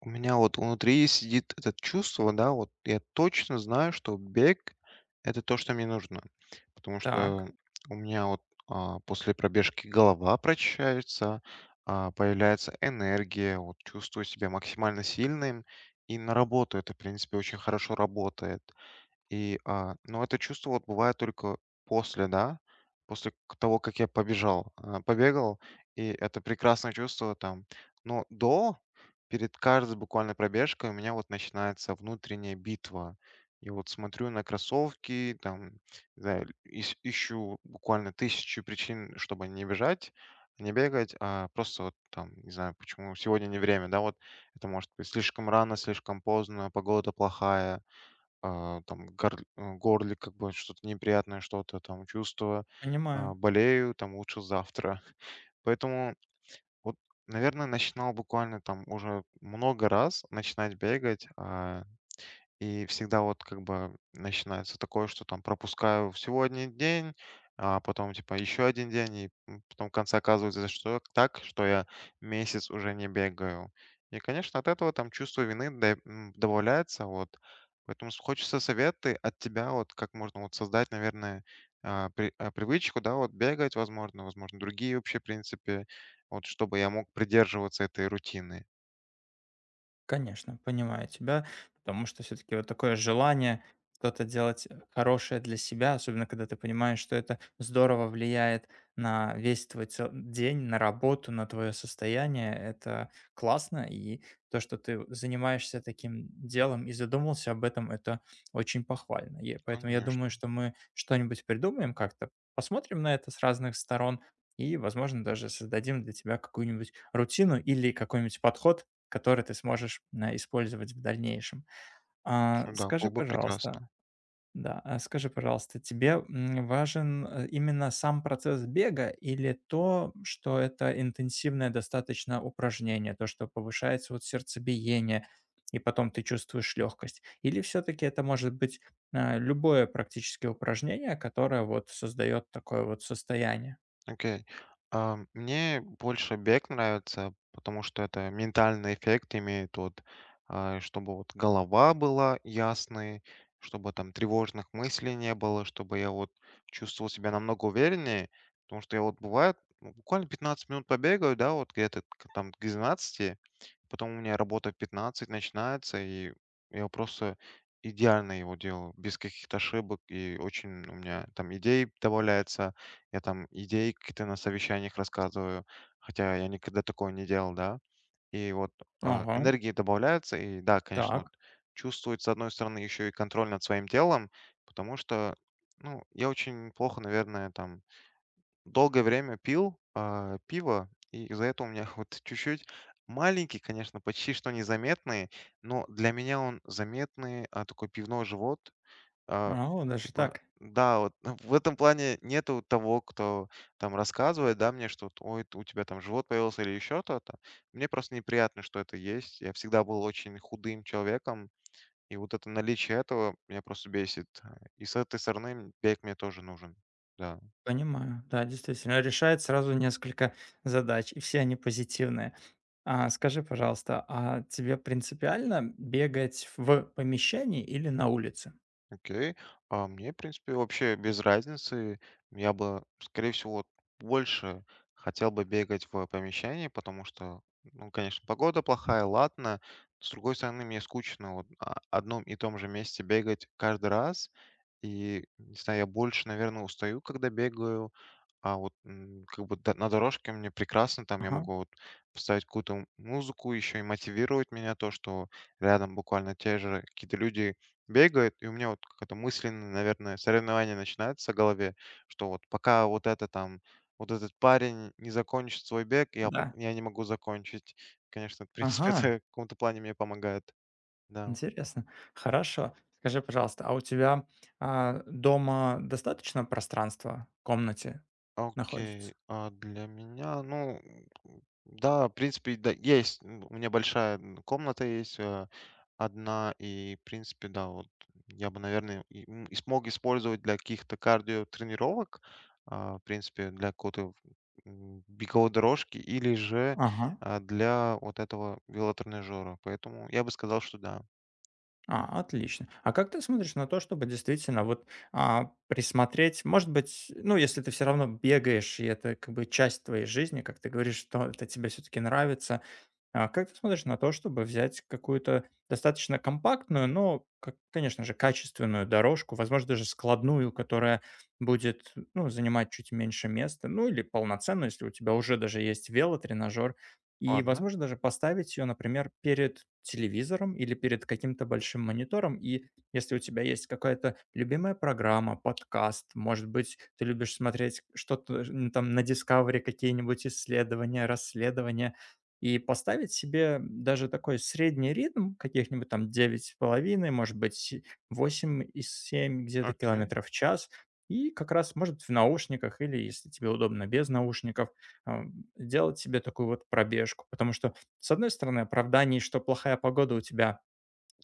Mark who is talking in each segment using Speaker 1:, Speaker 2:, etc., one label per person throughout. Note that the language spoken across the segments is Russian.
Speaker 1: У меня вот внутри сидит это чувство, да, вот я точно знаю, что бег- это то, что мне нужно. Потому
Speaker 2: Так,
Speaker 1: что у меня вот, после пробежки голова прочищается, появляется энергия, вот чувствую себя максимально сильным, и на работу это, в принципе, очень хорошо работает. И но это чувство вот бывает только после, да, после того, как я побежал, побегал, и это прекрасное чувство там. Но до, перед каждой буквально пробежкой у меня вот начинается внутренняя битва. И вот смотрю на кроссовки, там, не знаю, ищу буквально тысячу причин, чтобы не бежать, не бегать, а просто вот там, не знаю, почему сегодня не время, да, вот это может быть слишком рано, слишком поздно, погода плохая, там горле как бы что-то неприятное, что-то там чувство,
Speaker 2: понимаю.
Speaker 1: болею, там лучше завтра. Поэтому вот, наверное, начинал буквально там уже много раз начинать бегать, и всегда вот как бы начинается такое, что там пропускаю сегодня день, а потом типа еще один день, и потом в конце оказывается, что так, что я месяц уже не бегаю. И, конечно, от этого там чувство вины добавляется, вот. Поэтому хочется советы от тебя, вот как можно вот создать, наверное, привычку, да, вот бегать, возможно, возможно, другие вообще, в принципе, вот чтобы я мог придерживаться этой рутины.
Speaker 2: Конечно, понимаю тебя, потому что все-таки вот такое желание что-то делать хорошее для себя, особенно когда ты понимаешь, что это здорово влияет на весь твой день, на работу, на твое состояние, это классно. И то, что ты занимаешься таким делом и задумался об этом, это очень похвально. И поэтому я думаю,
Speaker 1: Конечно,
Speaker 2: что мы что-нибудь придумаем как-то, посмотрим на это с разных сторон и, возможно, даже создадим для тебя какую-нибудь рутину или какой-нибудь подход, который ты сможешь, использовать в дальнейшем.
Speaker 1: что
Speaker 2: А,
Speaker 1: да,
Speaker 2: скажи,
Speaker 1: было бы
Speaker 2: пожалуйста,
Speaker 1: прекрасно.
Speaker 2: да, а скажи, пожалуйста, тебе, важен, именно сам процесс бега или то, что это интенсивное достаточно упражнение, то, что повышается вот сердцебиение, и потом ты чувствуешь легкость? Или все-таки это может быть, любое практически упражнение, которое вот создает такое вот состояние?
Speaker 1: Окей. Мне больше бег нравится, потому что это ментальный эффект имеет вот, чтобы вот голова была ясной, чтобы там тревожных мыслей не было, чтобы я вот чувствовал себя намного увереннее, потому что я вот бывает ну, буквально 15 минут побегаю, да, вот где-то там к 12. Потом у меня работа в 15 начинается, и я просто идеально его делаю, без каких-то ошибок. И очень у меня там идей добавляется. Я там идеи какие-то на совещаниях рассказываю, хотя я никогда такого не делал, да. И вот
Speaker 2: Ого,
Speaker 1: энергии добавляется, и да, конечно, вот
Speaker 2: так.
Speaker 1: чувствует, с одной стороны, еще и контроль над своим телом, потому что, ну, я очень плохо, наверное, там долгое время пил, пиво, и из-за этого у меня вот чуть-чуть маленький, конечно, почти что незаметный, но для меня он заметный, такой пивной живот. А,
Speaker 2: О, даже
Speaker 1: типа,
Speaker 2: так.
Speaker 1: да, вот в этом плане нету того, кто там рассказывает, да, мне, что вот, ой, у тебя там живот появился или еще что-то. Мне просто неприятно, что это есть. Я всегда был очень худым человеком, и вот это наличие этого меня просто бесит. И с этой стороны бег мне тоже нужен. Да.
Speaker 2: Понимаю. Да, действительно, решает сразу несколько задач, и все они позитивные. А скажи, пожалуйста, тебе принципиально бегать в помещении или на улице?
Speaker 1: Окей. А мне, в принципе, вообще без разницы. Я бы, скорее всего, больше хотел бы бегать в помещении, потому что, ну, конечно, погода плохая, ладно. С другой стороны, мне скучно вот одном и том же месте бегать каждый раз. И, не знаю, я больше, наверное, устаю, когда бегаю. А вот, как бы д на дорожке мне прекрасно, там я
Speaker 2: Ага,
Speaker 1: могу вот поставить какую-то музыку, еще и мотивировать меня то, что рядом буквально те же какие-то люди бегают, и у меня вот какое-то мысленное, наверное, соревнование начинается в голове, что вот пока вот это там, вот этот парень не закончит свой бег, я,
Speaker 2: да.
Speaker 1: я не могу закончить. Конечно, в принципе, это
Speaker 2: Ага,
Speaker 1: в каком-то плане мне помогает. Да.
Speaker 2: интересно. Хорошо. Скажи, пожалуйста, а у тебя, дома достаточно пространства в комнате находится?
Speaker 1: Окей, а для меня, ну, да, в принципе, да, есть. У меня большая комната есть, э, одна, и, в принципе, да, вот я бы, наверное, и смог использовать для каких-то кардиотренировок, в принципе, для какой-то беговой дорожки или же
Speaker 2: Ага.
Speaker 1: для вот этого велотренажера. Поэтому я бы сказал, что да.
Speaker 2: Отлично. А как ты смотришь на то, чтобы действительно вот присмотреть, может быть, ну, если ты все равно бегаешь, и это как бы часть твоей жизни, как ты говоришь, что это тебе все-таки нравится, а как ты смотришь на то, чтобы взять какую-то достаточно компактную, но, как, конечно же, качественную дорожку, возможно, даже складную, которая будет, ну, занимать чуть меньше места, ну или полноценную, если у тебя уже даже есть велотренажер, и,
Speaker 1: Ладно,
Speaker 2: возможно, даже поставить ее, например, перед телевизором или перед каким-то большим монитором. И если у тебя есть какая-то любимая программа, подкаст, может быть, ты любишь смотреть что-то, там на Discovery, какие-нибудь исследования, расследования, и поставить себе даже такой средний ритм каких-нибудь там 9,5, может быть, 8 и 7 где-то
Speaker 1: окей,
Speaker 2: километров в час. И как раз, может, в наушниках или, если тебе удобно, без наушников, делать себе такую вот пробежку. Потому что, с одной стороны, оправданий, что плохая погода у тебя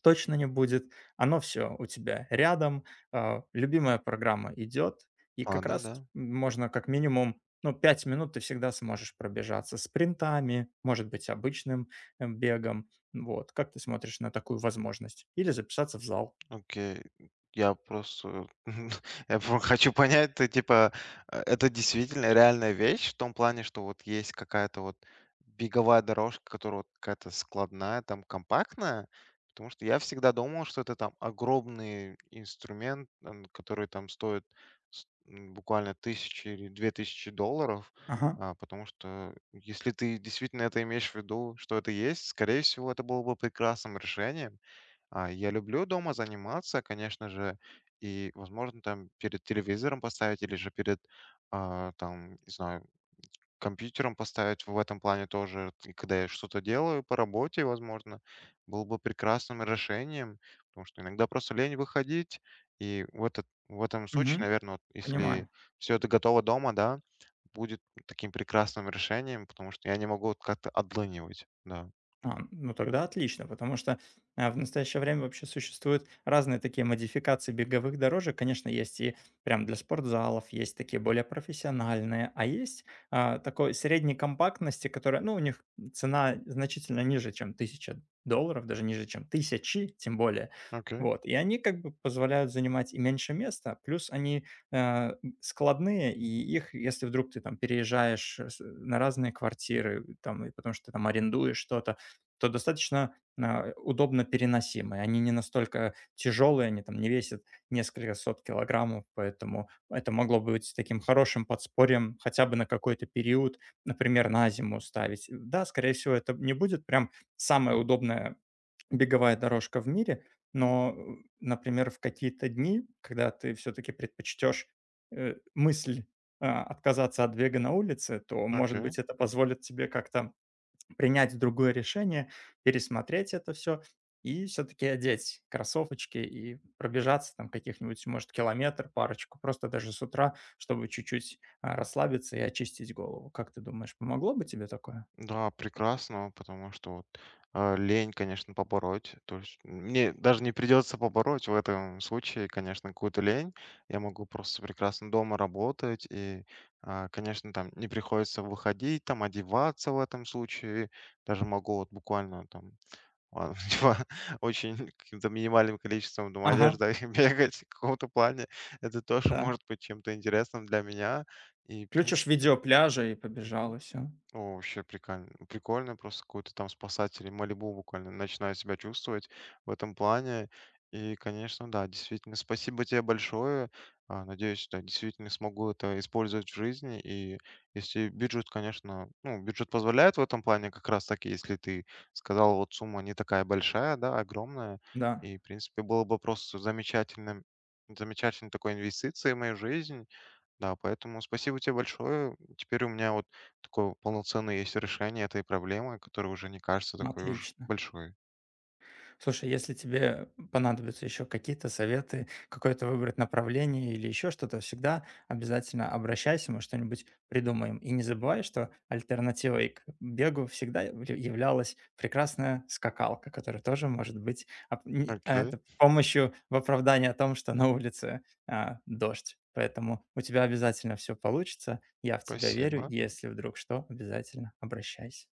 Speaker 2: точно не будет. Оно все у тебя рядом, любимая программа идет, и как
Speaker 1: ладно,
Speaker 2: раз
Speaker 1: да.
Speaker 2: можно как минимум, ну, 5 минут ты всегда сможешь пробежаться спринтами, может быть, обычным, бегом. Вот, как ты смотришь на такую возможность? Или записаться в зал.
Speaker 1: Окей. Я просто я про хочу понять, ты типа, это действительно реальная вещь в том плане, что вот есть какая-то вот беговая дорожка, которая вот какая-то складная, там компактная? Потому что я всегда думал, что это там огромный инструмент, который там стоит буквально тысячи или две тысячи долларов.
Speaker 2: Ага,
Speaker 1: Потому что если ты действительно это имеешь в виду, что это есть, скорее всего, это было бы прекрасным решением. Я люблю дома заниматься, конечно же, и, возможно, там перед телевизором поставить или же перед, там, не знаю, компьютером поставить в этом плане тоже. И когда я что-то делаю по работе, возможно, было бы прекрасным решением, потому что иногда просто лень выходить. В этом случае,
Speaker 2: мгм.
Speaker 1: наверное, вот
Speaker 2: Понимаю.
Speaker 1: если все это готово дома, да, будет таким прекрасным решением, потому что я не могу вот как-то отлынивать. Да.
Speaker 2: Ну тогда отлично, потому что в настоящее время вообще существуют разные такие модификации беговых дорожек. Конечно, есть и прям для спортзалов, есть такие более профессиональные, а есть такой средней компактности, которая, ну, у них цена значительно ниже, чем 1000 долларов, даже ниже, чем тысячи, тем более.
Speaker 1: Окей,
Speaker 2: Вот, и они как бы позволяют занимать и меньше места, плюс они э, складные, и их, если вдруг ты там переезжаешь, на разные квартиры, там, и потому что ты там арендуешь что-то, то достаточно, удобно переносимые. Они не настолько тяжелые, они там не весят несколько сот килограммов, поэтому это могло бы быть таким хорошим подспорьем хотя бы на какой-то период, например, на зиму ставить. Да, скорее всего, это не будет прям самая удобная беговая дорожка в мире, но, например, в какие-то дни, когда ты все-таки предпочтешь, мысль, отказаться от бега на улице, то, может
Speaker 1: окей.
Speaker 2: быть, это позволит тебе как-то принять другое решение, пересмотреть это все и все таки одеть кроссовочки и пробежаться там каких-нибудь, может, километр, парочку, просто даже с утра, чтобы чуть-чуть, расслабиться и очистить голову. Как ты думаешь, помогло бы тебе такое?
Speaker 1: Да, прекрасно, потому что вот, лень, конечно, побороть. То есть мне даже не придется побороть в этом случае, конечно, какую-то лень. Я могу просто прекрасно дома работать и, конечно, там не приходится выходить, там одеваться в этом случае. Даже могу вот буквально там ладно, типа, очень каким-то минимальным количеством там
Speaker 2: Ага,
Speaker 1: одежды бегать в каком-то плане. Это тоже
Speaker 2: да.
Speaker 1: может быть чем-то интересным для меня. И, в
Speaker 2: Включишь
Speaker 1: принципе
Speaker 2: видео пляжа и побежал, и всё.
Speaker 1: о, вообще прикольно, прикольно, просто какой-то там спасатель Малибу буквально начинаю себя чувствовать в этом плане. И, конечно, да, действительно, спасибо тебе большое. Надеюсь, да, действительно смогу это использовать в жизни. И если бюджет, конечно, ну, бюджет позволяет в этом плане как раз таки, если ты сказал, вот сумма не такая большая, да, огромная.
Speaker 2: Да,
Speaker 1: И, в принципе, было бы просто замечательным, замечательной такой инвестицией в мою жизнь. Да, поэтому спасибо тебе большое. Теперь у меня вот такое полноценное есть решение этой проблемы, которая уже не кажется такой уж
Speaker 2: отлично.
Speaker 1: большой.
Speaker 2: Слушай, если тебе понадобятся еще какие-то советы, какое-то выбрать направление или еще что-то, всегда обязательно обращайся, мы что-нибудь придумаем. И не забывай, что альтернативой к бегу всегда являлась прекрасная скакалка, которая тоже может быть,
Speaker 1: Окей,
Speaker 2: это, помощью в оправдании о том, что на улице, дождь. Поэтому у тебя обязательно все получится. Я в тебя верю.
Speaker 1: спасибо.
Speaker 2: Если вдруг что, обязательно обращайся.